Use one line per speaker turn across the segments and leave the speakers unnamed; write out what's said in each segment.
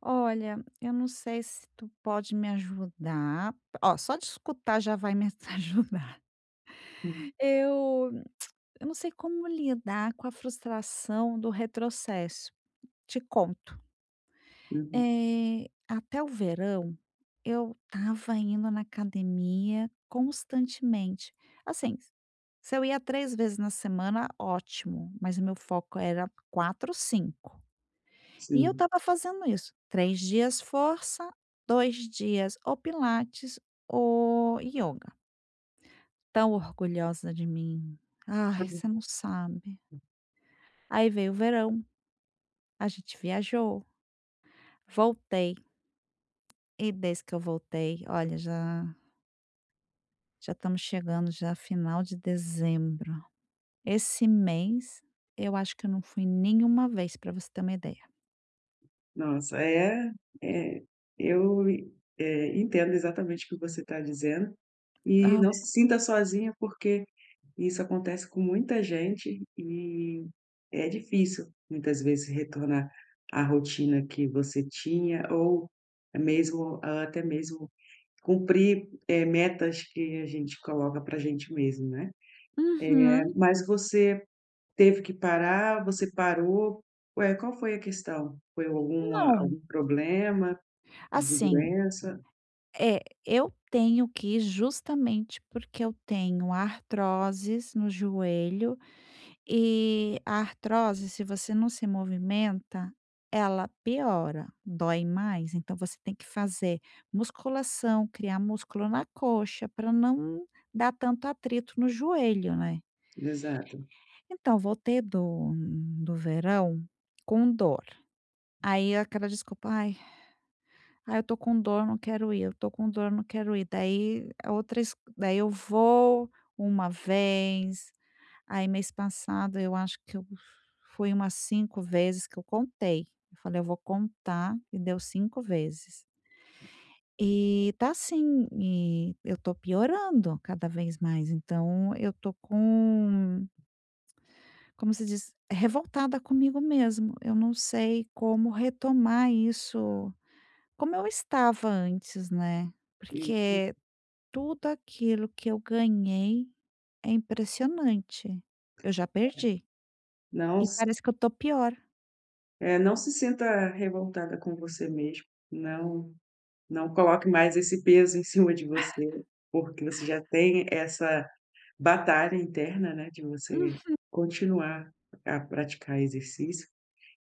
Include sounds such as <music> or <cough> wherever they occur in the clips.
Olha, eu não sei se tu pode me ajudar. Ó, só de escutar já vai me <laughs> ajudar.
Hum,
Eu, eu não sei como lidar com a frustração do retrocesso. Te conto.
uhum,
Até o verão, eu estava indo na academia constantemente. Assim, se eu ia três vezes na semana, ótimo, mas o meu foco era quatro, cinco. E eu
sim.
estava fazendo isso, 3 dias força, 2 dias ou pilates ou ioga. Tão orgulhosa de mim. Ai,
Uhum.
você não sabe. Aí veio o verão, a gente viajou, voltei e desde que eu voltei, olha, já já estamos chegando já final de dezembro. Esse mês eu acho que eu não fui nenhuma vez, para você ter uma ideia.
Nossa, é, eu, entendo exatamente o que você está dizendo e
Ah.
não se sinta sozinha, porque isso acontece com muita gente e é difícil muitas vezes retornar à rotina que você tinha ou mesmo até mesmo cumprir, metas que a gente coloca para a gente mesmo, né.
Uhum.
Mas você teve que parar, você parou, ué, qual foi a questão? Foi alguma
Não,
algum problema de
assim.
doença?
É, eu tenho que ir justamente porque eu tenho artroses no joelho e a artrose, se você não se movimenta, ela piora, dói mais. Então você tem que fazer musculação, criar músculo na coxa para não dar tanto atrito no joelho, né.
Exato.
Então voltei do verão com dor, aí aquela desculpa: "Ai Ah, eu tô com dor, não quero ir, eu tô com dor, não quero ir." Daí é outra es daí eu vou uma vez, aí mês passado eu acho que eu fui umas cinco vezes que eu contei. Eu falei: "Eu vou contar", e deu 5 vezes. E tá assim, e eu tô piorando cada vez mais, então eu tô com, como se diz, revoltada comigo mesmo. Eu não sei como retomar isso como eu estava antes, né,
E
porque tudo aquilo que eu ganhei é impressionante. Eu já perdi
não
e
s
parece que eu tô pior.
não se sinta revoltada com você mesmo. não não coloque mais esse peso <laughs> em cima de você, porque você já tem essa batalha interna, né, de
Hum,
você continuar A praticar exercício,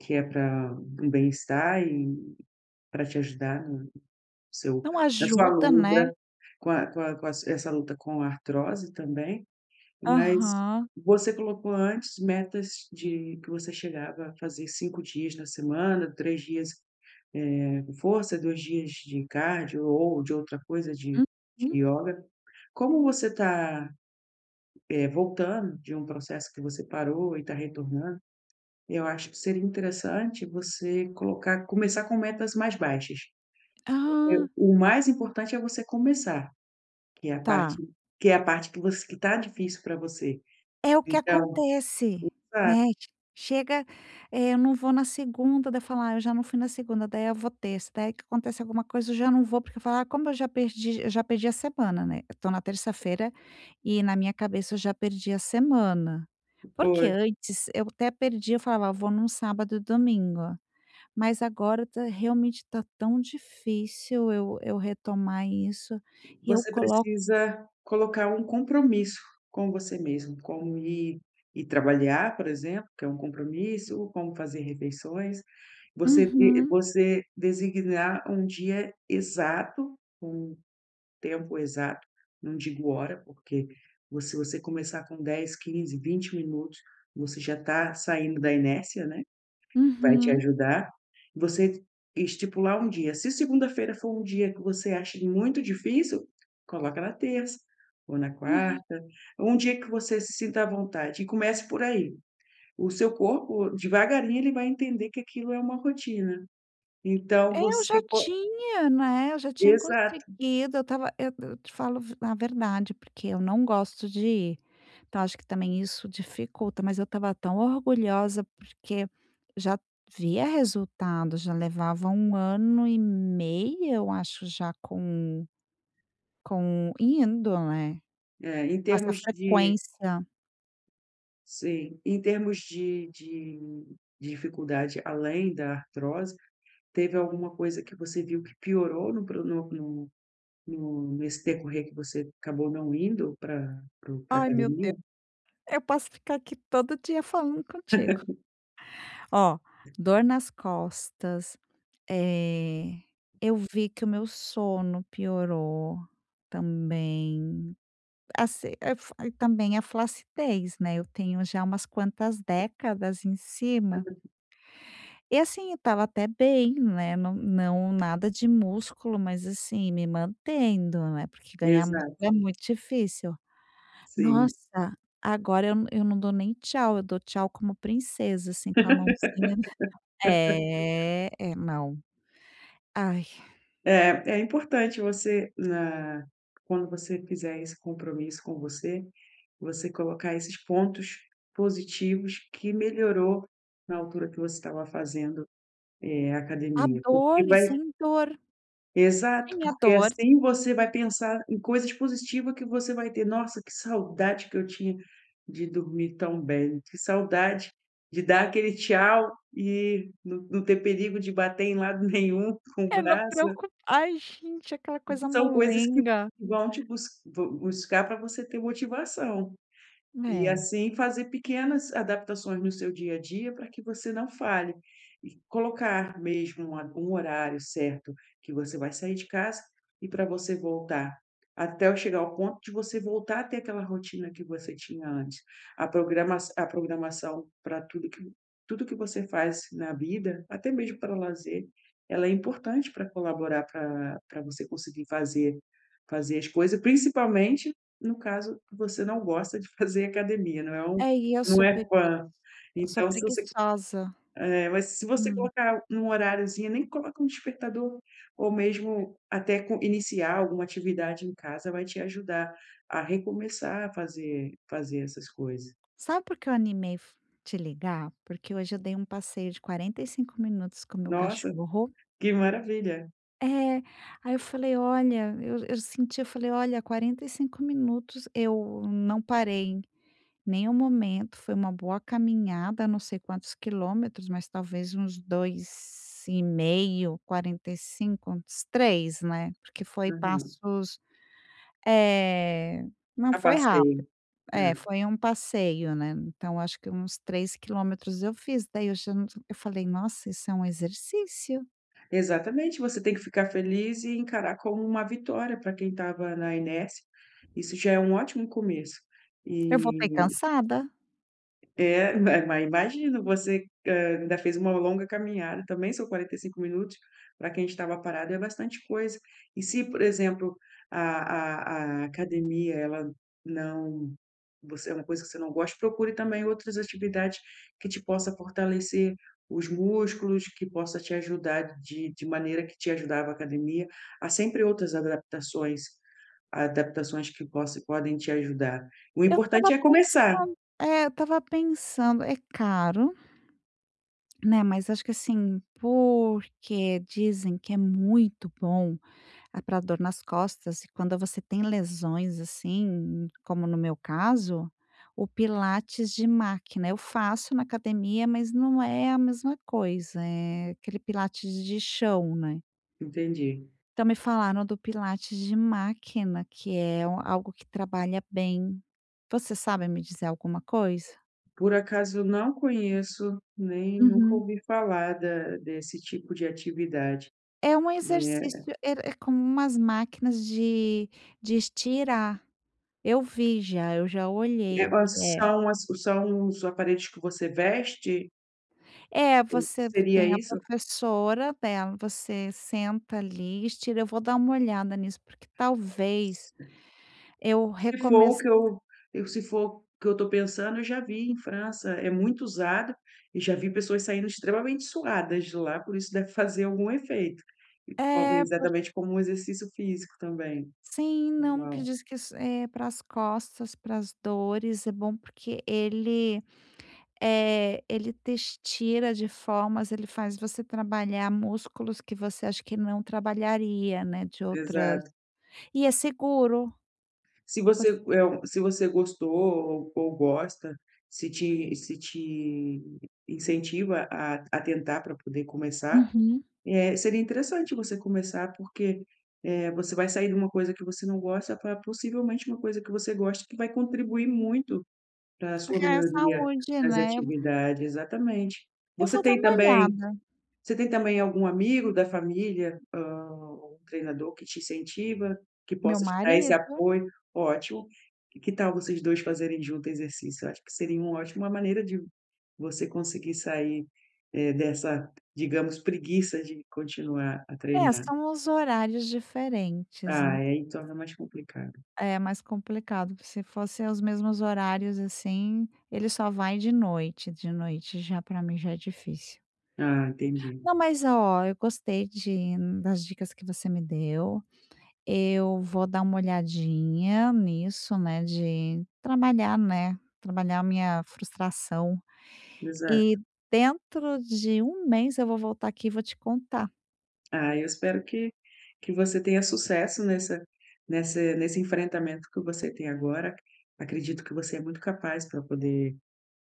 que é para um bem-estar e para te ajudar Seu
não
na sua
ajuda, né.
luta com a com a com as essa luta com a artrose também, mas
Aham.
você colocou antes metas de que você chegava a fazer 5 dias na semana, 3 dias, com força, 2 dias de cardio ou de outra coisa de
Uhum.
ioga. Como você está, voltando de um processo que você parou e está retornando, eu acho que seria interessante você colocar começar com metas mais baixas.
Ah,
O mais importante é você começar. Que é a parte
tá.
que é a parte que você que está difícil para você.
É o que
Então,
acontece,
sabe,
né, chega, eu não vou na segunda, daí eu falo: "Ah, eu já não fui na segunda", daí eu vou terça, daí que acontece alguma coisa eu já não vou, porque eu falo: "Ah, como eu já perdi a semana, né, eu tô na terça-feira e na minha cabeça eu já perdi a semana". Porque
foi.
antes eu até perdi eu falava: "Ah, vou num sábado e domingo", mas agora tá tão difícil eu retomar isso e eu
Você
coloco.
precisa colocar um compromisso com você mesmo, como ir trabalhar, por exemplo, que é um compromisso, como fazer refeições.
Uhum,
Você designar um dia exato, um tempo exato, não digo hora, porque vo se você começar com 10, 15, 20 minutos, você já está saindo da inércia, né. Vai te
uhum,
ajudar. Você estipular um dia. Se segunda-feira for um dia que você acha muito difícil, coloca na terça ou na
uhum.
quarta, ou um dia que você se sinta à vontade e comece por aí. O seu corpo, devagarinho, ele vai entender que aquilo é uma rotina. Então
Eu
você
já
co
tinha, né, eu já tinha
Exato.
conseguido, eu tava, eu te falo a verdade, porque eu não gosto de ir, então acho que também isso dificulta, mas eu estava tão orgulhosa, porque já via resultado, já levava um ano e meio, eu acho, já com indo, né,
É, em
com essa
termos de
frequência.
sim, em termos de dificuldade além da artrose, teve alguma coisa que você viu que piorou no pro no no No nesse decorrer que você acabou não indo para para o pra
Ai, meu Deus,
academia?
eu posso ficar aqui todo dia falando contigo. Ó, dor nas costas. É, eu vi que o meu sono piorou também, assim, eh, fa também a flacidez, né, eu tenho já umas quantas décadas em cima, e assim, eu estava até bem, né, não nada de músculo, mas assim, me mantendo, né, porque ganhar músculo
Exato,
é muito difícil.
sim.
Nossa, agora eu não dou nem tchau, eu dou tchau como princesa, assim, com a mãozinha. É, é, não. Ai,
É, é importante você na quando você fizer esse compromisso com você, você colocar esses pontos positivos que melhorou na altura que você estava fazendo,
a
academia, porque
dor e
vai.
sem dor.
Exato,
Tinha
porque
dor,
assim você vai pensar em coisas positivas que você vai ter: "Nossa, que saudade que eu tinha de dormir tão bem, que saudade de dar aquele tchau e não ter perigo de bater em lado nenhum <laughs> com o
é, não
braço",
preocu ai, gente, aquela coisa
são coisas que
molenga.
vão te bus bu buscar para você ter motivação. E
É.
assim fazer pequenas adaptações no seu dia a dia para que você não falhe. E colocar mesmo um a um horário certo que você vai sair de casa e para você voltar, até chegar ao ponto de você voltar a ter aquela rotina que você tinha antes. A programação para tudo que você faz na vida, até mesmo para o lazer, ela é importante para colaborar, para você conseguir fazer as coisas, principalmente no caso, você não gosta de fazer academia, não é um.
É, e
Você não é fã.
eu sou
Então se você
preguiçosa.
É, mas se você
Hum.
colocar num horáriozinho, nem coloca um despertador, ou mesmo até com iniciar alguma atividade em casa vai te ajudar a recomeçar a fazer essas coisas.
Sabe por que eu animei f te ligar? Porque hoje eu dei um passeio de 45 minutos com o meu
Nossa,
cachorro.
que maravilha.
É, aí eu falei: "Olha", eu senti, eu falei: "Olha, 45 minutos eu não parei". Nenhum momento, foi uma boa caminhada, não sei quantos quilômetros, mas talvez uns dois e meio, 45, uns 3, né, porque foi
Uhum.
passos, é, não
A
foi
passeio.
rápido. É,
Hum.
foi um passeio, né, então acho que uns 3 quilômetros eu fiz, daí eu já não eu falei: "Nossa, isso é um exercício,
Exatamente, você tem que ficar feliz e encarar como uma vitória para quem estava na inércia. Isso já é um ótimo começo.
eu voltei
E
cansada".
é, <laughs> mas imagino, você, ainda fez uma longa caminhada, também são 45 minutos, para quem estava parado é bastante coisa. E se, por exemplo, a academia, ela não, você é uma coisa que você não gosta, procure também outras atividades que te possa fortalecer os músculos, que possa te ajudar de maneira que te ajudava a academia. Há sempre outras adaptações que possa podem te ajudar. O
Eu
importante
estava
é começar.
pensan eu estava pensando, é caro? Né, mas acho que assim, porque dizem que é muito bom, ah, pra dor nas costas e quando você tem lesões, assim, como no meu caso, o pilates de máquina, eu faço na academia, mas não é a mesma coisa, é aquele pilates de chão, né.
Entendi.
Então me falaram do pilates de máquina, que é o algo que trabalha bem. Você sabe me dizer alguma coisa?
Por acaso eu não conheço, nem nunca
Uhum.
ouvi falar da desse tipo de atividade,
É um
né.
exercício, é como umas máquinas de estirar. Eu vi já, eu já
É
olhei o
ó,
que é.
são os aparelhos que você veste?
É, você
Seria
tem a
isso?
professora dela, você senta ali, estira. Eu vou dar uma olhada nisso, porque talvez eu
Se for o
recomece.
que eu Se for o que eu estou pensando, eu já vi em França, é muito usado e já vi pessoas saindo extremamente suadas de lá, por isso deve fazer algum efeito. E como
É,
exatamente
porque
como um exercício físico também,
sim, não, que
normal.
diz que isso é para as costas, para as dores, é bom porque ele ele te estira de formas, ele faz você trabalhar músculos que você acha que não trabalharia, né, de outras
Exato.
e é seguro, você
Se você gostou ou gosta, se te incentiva a tentar pra poder começar,
uhum,
seria interessante você começar, porque, você vai sair de uma coisa que você não gosta pra possivelmente uma coisa que você gosta, que vai contribuir muito pra sua
porque é
melhoria
saúde,
nas
né.
atividades exatamente.
Eu vou
Você
dar
tem
uma
também
olhada.
Você tem também algum amigo da família, um treinador que te incentiva, que
Meu
possa te dar esse
marido.
apoio? Ótimo. E que tal vocês 2 fazerem junto exercício? Eu acho que seria uma ótima maneira de você conseguir sair, dessa, digamos, preguiça de continuar a
É,
treinar.
são os horários diferentes,
Ah, é, aí torna mais complicado.
é mais complicado, se fossem os mesmos horários, assim, ele só vai de noite já para mim já é difícil.
Ah, entendi.
Não, mas ó, eu gostei de das dicas que você me deu. Eu vou dar uma olhadinha nisso, né, de trabalhar, né, trabalhar a minha frustração. E
Exato.
dentro de um mês eu vou voltar aqui e vou te contar.
Ah, eu espero que você tenha sucesso nessa nesse enfrentamento que você tem agora. Acredito que você é muito capaz pra poder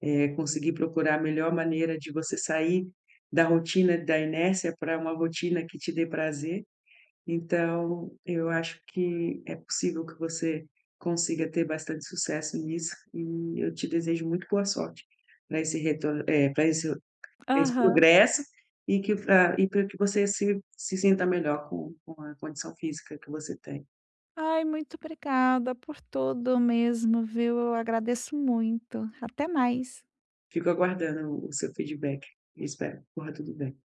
é, conseguir procurar a melhor maneira de você sair da rotina da inércia para uma rotina que te dê prazer. Então, eu acho que é possível que você consiga ter bastante sucesso nisso e eu te desejo muito boa sorte para esse retorno, para esse, pra esse
Aham.
progresso e que pra, e para que você se, se sinta melhor com a condição física que você tem.
Ai, muito obrigada por tudo mesmo, viu. Eu agradeço muito. Até mais.
Fico aguardando o seu feedback. Espero que corra tudo bem.